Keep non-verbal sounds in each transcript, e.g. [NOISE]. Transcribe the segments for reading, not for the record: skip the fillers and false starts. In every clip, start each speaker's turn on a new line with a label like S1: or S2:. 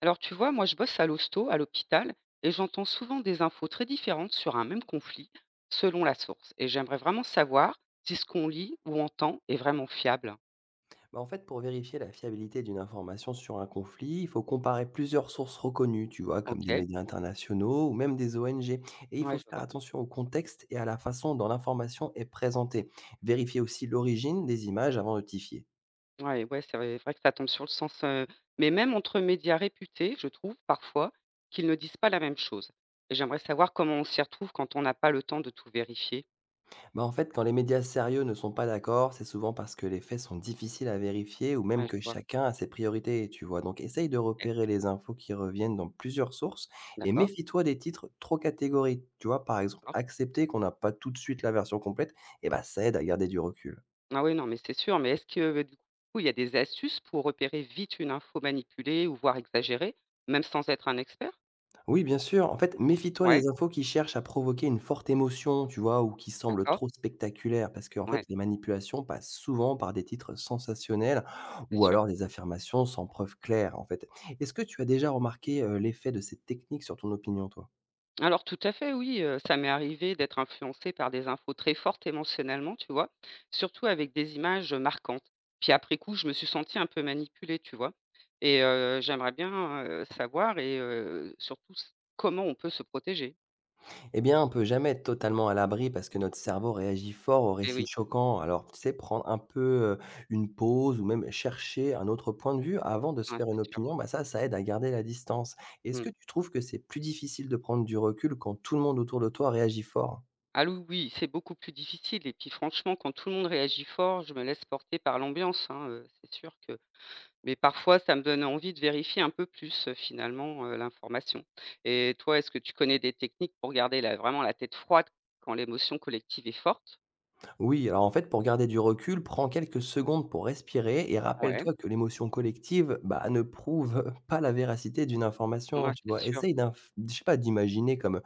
S1: Alors tu vois, moi je bosse à l'hosto, à l'hôpital, et j'entends souvent des infos très différentes sur un même conflit, selon la source. Et j'aimerais vraiment savoir si ce qu'on lit ou entend est vraiment fiable.
S2: Bah, en fait, pour vérifier la fiabilité d'une information sur un conflit, il faut comparer plusieurs sources reconnues, tu vois, comme des
S1: Ok,
S2: médias internationaux ou même des ONG. Et il
S1: ouais,
S2: faut
S1: je
S2: faire
S1: vois.
S2: attention au contexte et à la façon dont l'information est présentée. Vérifier aussi l'origine des images avant de notifier.
S1: Ouais, ouais, c'est vrai que ça tombe sur le sens. Mais même entre médias réputés, je trouve parfois qu'ils ne disent pas la même chose. Et j'aimerais savoir comment on s'y retrouve quand on n'a pas le temps de tout vérifier.
S2: Bah, en fait, quand les médias sérieux ne sont pas d'accord, c'est souvent parce que les faits sont difficiles à vérifier ou
S1: Ouais,
S2: même
S1: je
S2: que
S1: vois.
S2: chacun a ses priorités, tu vois. Donc, essaye de
S1: Ok,
S2: repérer les infos qui reviennent dans plusieurs sources et
S1: d'accord,
S2: méfie-toi des titres trop catégoriques. Tu vois, par exemple,
S1: d'accord.
S2: accepter qu'on n'a pas tout de suite la version complète, et bah, ça aide à garder du recul.
S1: Ah oui, non, mais c'est sûr. Mais est-ce que, du coup, il y a des astuces pour repérer vite une info manipulée ou voire exagérée, même sans être un expert?
S2: Oui, bien sûr. En fait, méfie-toi
S1: Ouais,
S2: des infos qui cherchent à provoquer une forte émotion, tu vois, ou qui semblent
S1: d'accord.
S2: trop spectaculaires, parce qu'en
S1: Ouais,
S2: fait, les manipulations passent souvent par des titres sensationnels
S1: c'est
S2: ou
S1: sûr.
S2: alors des affirmations sans preuve claire, en fait. Est-ce que tu as déjà remarqué l'effet de ces techniques sur ton opinion, toi?
S1: Alors tout à fait, oui, ça m'est arrivé d'être influencée par des infos très fortes émotionnellement, tu vois? Surtout avec des images, marquantes. Puis après coup, je me suis sentie un peu manipulée, tu vois? Et j'aimerais bien, savoir et surtout s comment on peut se protéger?
S2: Eh bien, on peut jamais être totalement à l'abri parce que notre cerveau réagit fort aux
S1: Et
S2: récits
S1: oui,
S2: choquants. Alors, tu sais, prendre un peu une pause ou même chercher un autre point de vue avant de se
S1: ouais,
S2: faire
S1: c'est
S2: une
S1: sûr.
S2: opinion, bah ça, ça aide à garder la distance. Est-ce
S1: Mmh.
S2: que tu trouves que c'est plus difficile de prendre du recul quand tout le monde autour de toi réagit fort?
S1: Ah oui, oui, c'est beaucoup plus difficile et puis franchement, quand tout le monde réagit fort, je me laisse porter par l'ambiance, hein, c'est sûr que mais parfois ça me donne envie de vérifier un peu plus, finalement, l'information. Et toi, est-ce que tu connais des techniques pour garder la vraiment la tête froide quand l'émotion collective est forte?
S2: Oui, alors en fait, pour garder du recul, prends quelques secondes pour respirer et
S1: Ouais,
S2: rappelle-toi que l'émotion collective bah, ne prouve [LAUGHS] pas la véracité d'une
S1: ouais,
S2: information. Tu
S1: c'est
S2: vois,
S1: sûr.
S2: je sais pas, d'imaginer comme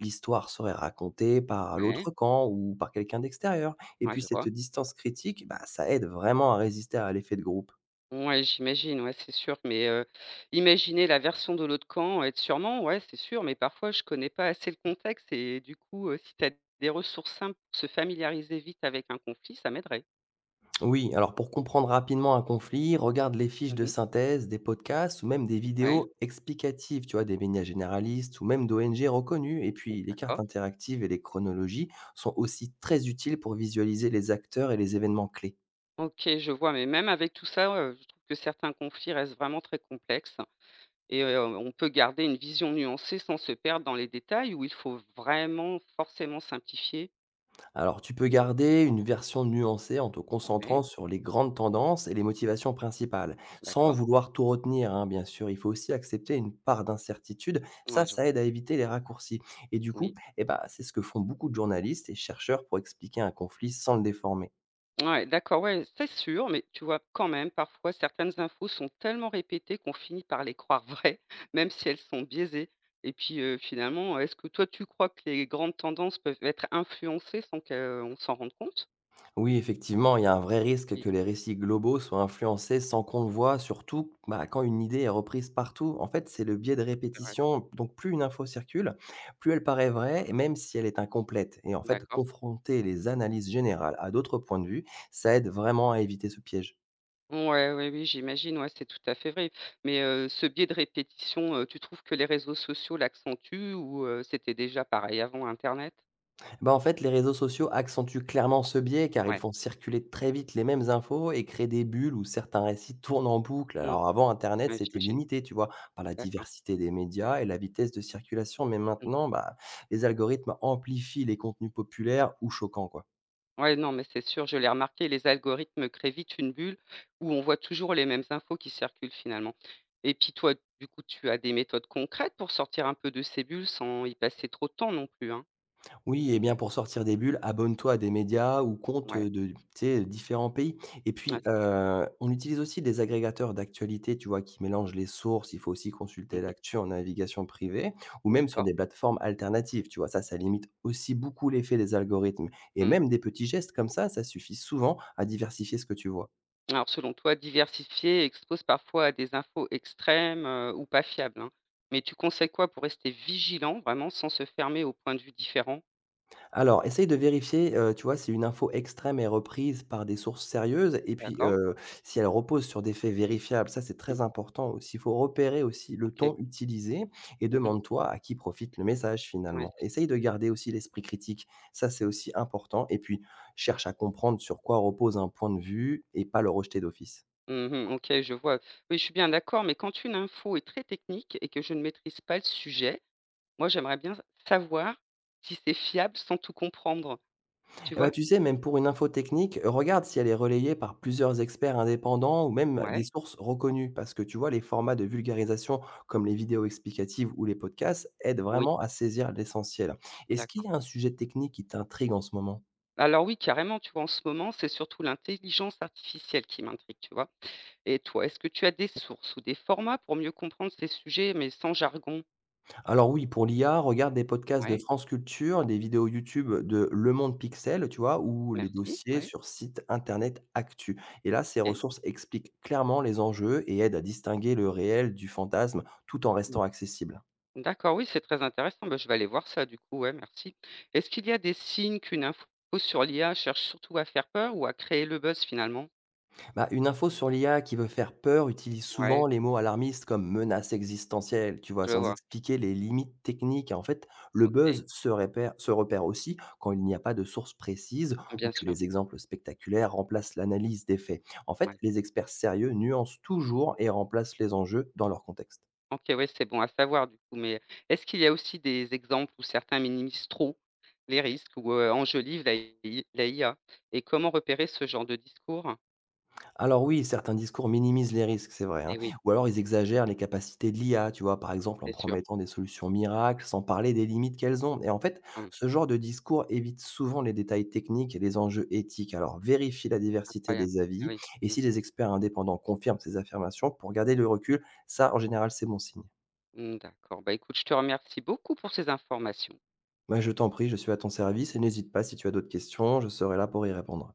S2: l'histoire serait racontée par
S1: Ouais,
S2: l'autre camp ou par quelqu'un d'extérieur. Et
S1: moi
S2: puis
S1: je
S2: cette
S1: vois.
S2: distance critique, bah, ça aide vraiment à résister à l'effet de groupe.
S1: Ouais, j'imagine, ouais, c'est sûr, mais imaginer la version de l'autre camp, être sûrement, ouais, c'est sûr, mais parfois je connais pas assez le contexte et du coup, si tu as des ressources simples pour se familiariser vite avec un conflit, ça m'aiderait.
S2: Oui, alors pour comprendre rapidement un conflit, regarde les fiches de
S1: Mmh.
S2: synthèse, des podcasts ou même des
S1: Ouais,
S2: vidéos explicatives, tu vois, des médias généralistes ou même d'ONG reconnues. Et
S1: mmh,
S2: puis les cartes
S1: d'accord.
S2: interactives et les chronologies sont aussi très utiles pour visualiser les acteurs et les événements clés.
S1: OK, je vois, mais même avec tout ça, je trouve que certains conflits restent vraiment très complexes et on peut garder une vision nuancée sans se perdre dans les détails où il faut vraiment forcément simplifier?
S2: Alors, tu peux garder une version nuancée en te
S1: Ouais,
S2: concentrant sur les grandes tendances et les motivations principales, sans
S1: d'accord.
S2: vouloir tout retenir, hein, bien sûr. Il faut aussi accepter une part d'incertitude.
S1: Ouais,
S2: Ça,
S1: je
S2: ça aide à éviter les raccourcis. Et du coup,
S1: oui.
S2: eh ben, c'est ce que font beaucoup de journalistes et chercheurs pour expliquer un conflit sans le déformer.
S1: Ouais, d'accord, ouais, c'est sûr, mais tu vois, quand même, parfois, certaines infos sont tellement répétées qu'on finit par les croire vraies, [LAUGHS] même si elles sont biaisées. Et puis, finalement, est-ce que toi, tu crois que les grandes tendances peuvent être influencées sans qu'on s'en rende compte?
S2: Oui, effectivement, il y a un vrai risque
S1: Oui,
S2: que les récits globaux soient influencés sans qu'on le voie, surtout bah, quand une idée est reprise partout. En fait, c'est le biais de
S1: c'est vrai.
S2: répétition. Donc, plus une info circule, plus elle paraît vraie, et même si elle est incomplète. Et en fait,
S1: D'accord.
S2: confronter les analyses générales à d'autres points de vue, ça aide vraiment à éviter ce piège.
S1: Ouais, ouais, oui, j'imagine, ouais, c'est tout à fait vrai. Mais ce biais de répétition, tu trouves que les réseaux sociaux l'accentuent ou c'était déjà pareil avant Internet?
S2: Bah, en fait, les réseaux sociaux accentuent clairement ce biais car ils
S1: Ouais,
S2: font circuler très vite les mêmes infos et créent des bulles où certains récits tournent en boucle.
S1: mm,
S2: Alors avant, Internet,
S1: ouais,
S2: c'était
S1: j'imagine.
S2: limité, tu vois, par la
S1: D'accord.
S2: diversité des médias et la vitesse de circulation. Mais maintenant, bah, les algorithmes amplifient les contenus populaires ou choquants, quoi.
S1: Ouais, non, mais c'est sûr, je l'ai remarqué, les algorithmes créent vite une bulle où on voit toujours les mêmes infos qui circulent finalement. Et puis toi, du coup, tu as des méthodes concrètes pour sortir un peu de ces bulles sans y passer trop de temps non plus, hein?
S2: Oui et bien pour sortir des bulles, abonne-toi à des médias ou comptes,
S1: Ouais.
S2: de tu sais, différents pays et
S1: Ah,
S2: puis,
S1: ça.
S2: on utilise aussi des agrégateurs d'actualités, tu vois, qui mélangent les sources. Il faut aussi consulter
S1: Mmh.
S2: l'actu en navigation privée ou même sur
S1: D'accord,
S2: des plateformes alternatives, tu vois? Ça
S1: OK.
S2: limite aussi beaucoup l'effet des algorithmes et
S1: Mmh.
S2: même des petits gestes comme ça suffit souvent à diversifier ce que tu vois.
S1: Alors selon toi, diversifier expose parfois à des infos extrêmes, ou pas fiables, hein. Mais tu conseilles quoi pour rester vigilant vraiment sans se fermer aux points de vue différents?
S2: Alors, essaye de vérifier, tu vois, si une info extrême est reprise par des sources sérieuses et puis,
S1: D'accord.
S2: si elle repose sur des faits vérifiables. Ça, c'est très
S1: Mmh.
S2: important aussi. Il faut repérer aussi le
S1: OK.
S2: ton utilisé et
S1: Mmh.
S2: demande-toi à qui profite le message
S1: Ouais,
S2: finalement.
S1: c'est.
S2: Essaye de garder aussi l'esprit critique, ça, c'est aussi important et puis cherche à comprendre sur quoi repose un point de vue et pas le rejeter d'office.
S1: Mmh. OK, je vois. Oui, je suis bien d'accord, mais quand une info est très technique et que je ne maîtrise pas le sujet, moi, j'aimerais bien savoir si c'est fiable sans tout comprendre, tu
S2: Eh ben
S1: vois?
S2: tu sais, même pour une info technique, regarde si elle est relayée par plusieurs experts indépendants ou même des
S1: Ouais,
S2: sources reconnues, parce que tu vois, les formats de vulgarisation comme les vidéos explicatives ou les podcasts aident
S1: oui,
S2: vraiment à saisir l'essentiel. Est-ce qu'il
S1: d'accord.
S2: y a un sujet technique qui t'intrigue en ce moment?
S1: Alors oui, carrément, tu vois, en ce moment, c'est surtout l'intelligence artificielle qui m'intrigue, tu vois? Et toi, est-ce que tu as des sources ou des formats pour mieux comprendre ces sujets, mais sans jargon?
S2: Alors oui, pour l'IA, regarde des podcasts de
S1: Ouais,
S2: France Culture, des vidéos YouTube de Le Monde Pixel, tu vois, ou les
S1: merci,
S2: dossiers
S1: ouais,
S2: sur site internet Actu. Et là, ces
S1: OK.
S2: ressources expliquent clairement les enjeux et aident à distinguer le réel du fantasme tout en
S1: Mmh.
S2: restant accessible.
S1: D'accord, oui, c'est très intéressant. Bah, je vais aller voir ça du coup, ouais, merci. Est-ce qu'il y a des signes qu'une info sur l'IA cherche surtout à faire peur ou à créer le buzz finalement?
S2: Bah, une info sur l'IA qui veut faire peur utilise
S1: Ouais,
S2: souvent les mots alarmistes comme menace existentielle, tu vois,
S1: je
S2: sans
S1: vois.
S2: expliquer les limites techniques. Et en fait, le
S1: Ok,
S2: buzz se repère aussi quand il n'y a pas de source précise ou
S1: bien
S2: que
S1: sûr.
S2: les exemples spectaculaires remplacent l'analyse des faits. En
S1: Ouais.
S2: fait, les experts sérieux nuancent toujours et remplacent les enjeux dans leur contexte.
S1: Ok, ouais, c'est bon à savoir du coup. Mais est-ce qu'il y a aussi des exemples où certains minimisent trop les risques ou enjolivent la IA? Et comment repérer ce genre de discours?
S2: Alors oui, certains discours minimisent les risques, c'est vrai, hein.
S1: Eh oui,
S2: Ou alors ils
S1: mm,
S2: exagèrent les capacités de l'IA, tu vois, par exemple en
S1: c'est sûr.
S2: promettant des solutions miracles, sans parler des limites qu'elles ont. Et en fait,
S1: Hum,
S2: ce genre de discours évite souvent les détails techniques et les enjeux éthiques. Alors vérifie la diversité
S1: Incroyable.
S2: des
S1: Eh
S2: avis,
S1: oui.
S2: et
S1: Mm,
S2: si les experts indépendants confirment ces affirmations, pour garder le recul, ça en général c'est bon signe.
S1: mm, d'accord. Bah écoute, je te remercie beaucoup pour ces informations.
S2: Moi, je t'en prie, je suis à ton service et n'hésite pas si tu as d'autres questions, je serai là pour y répondre.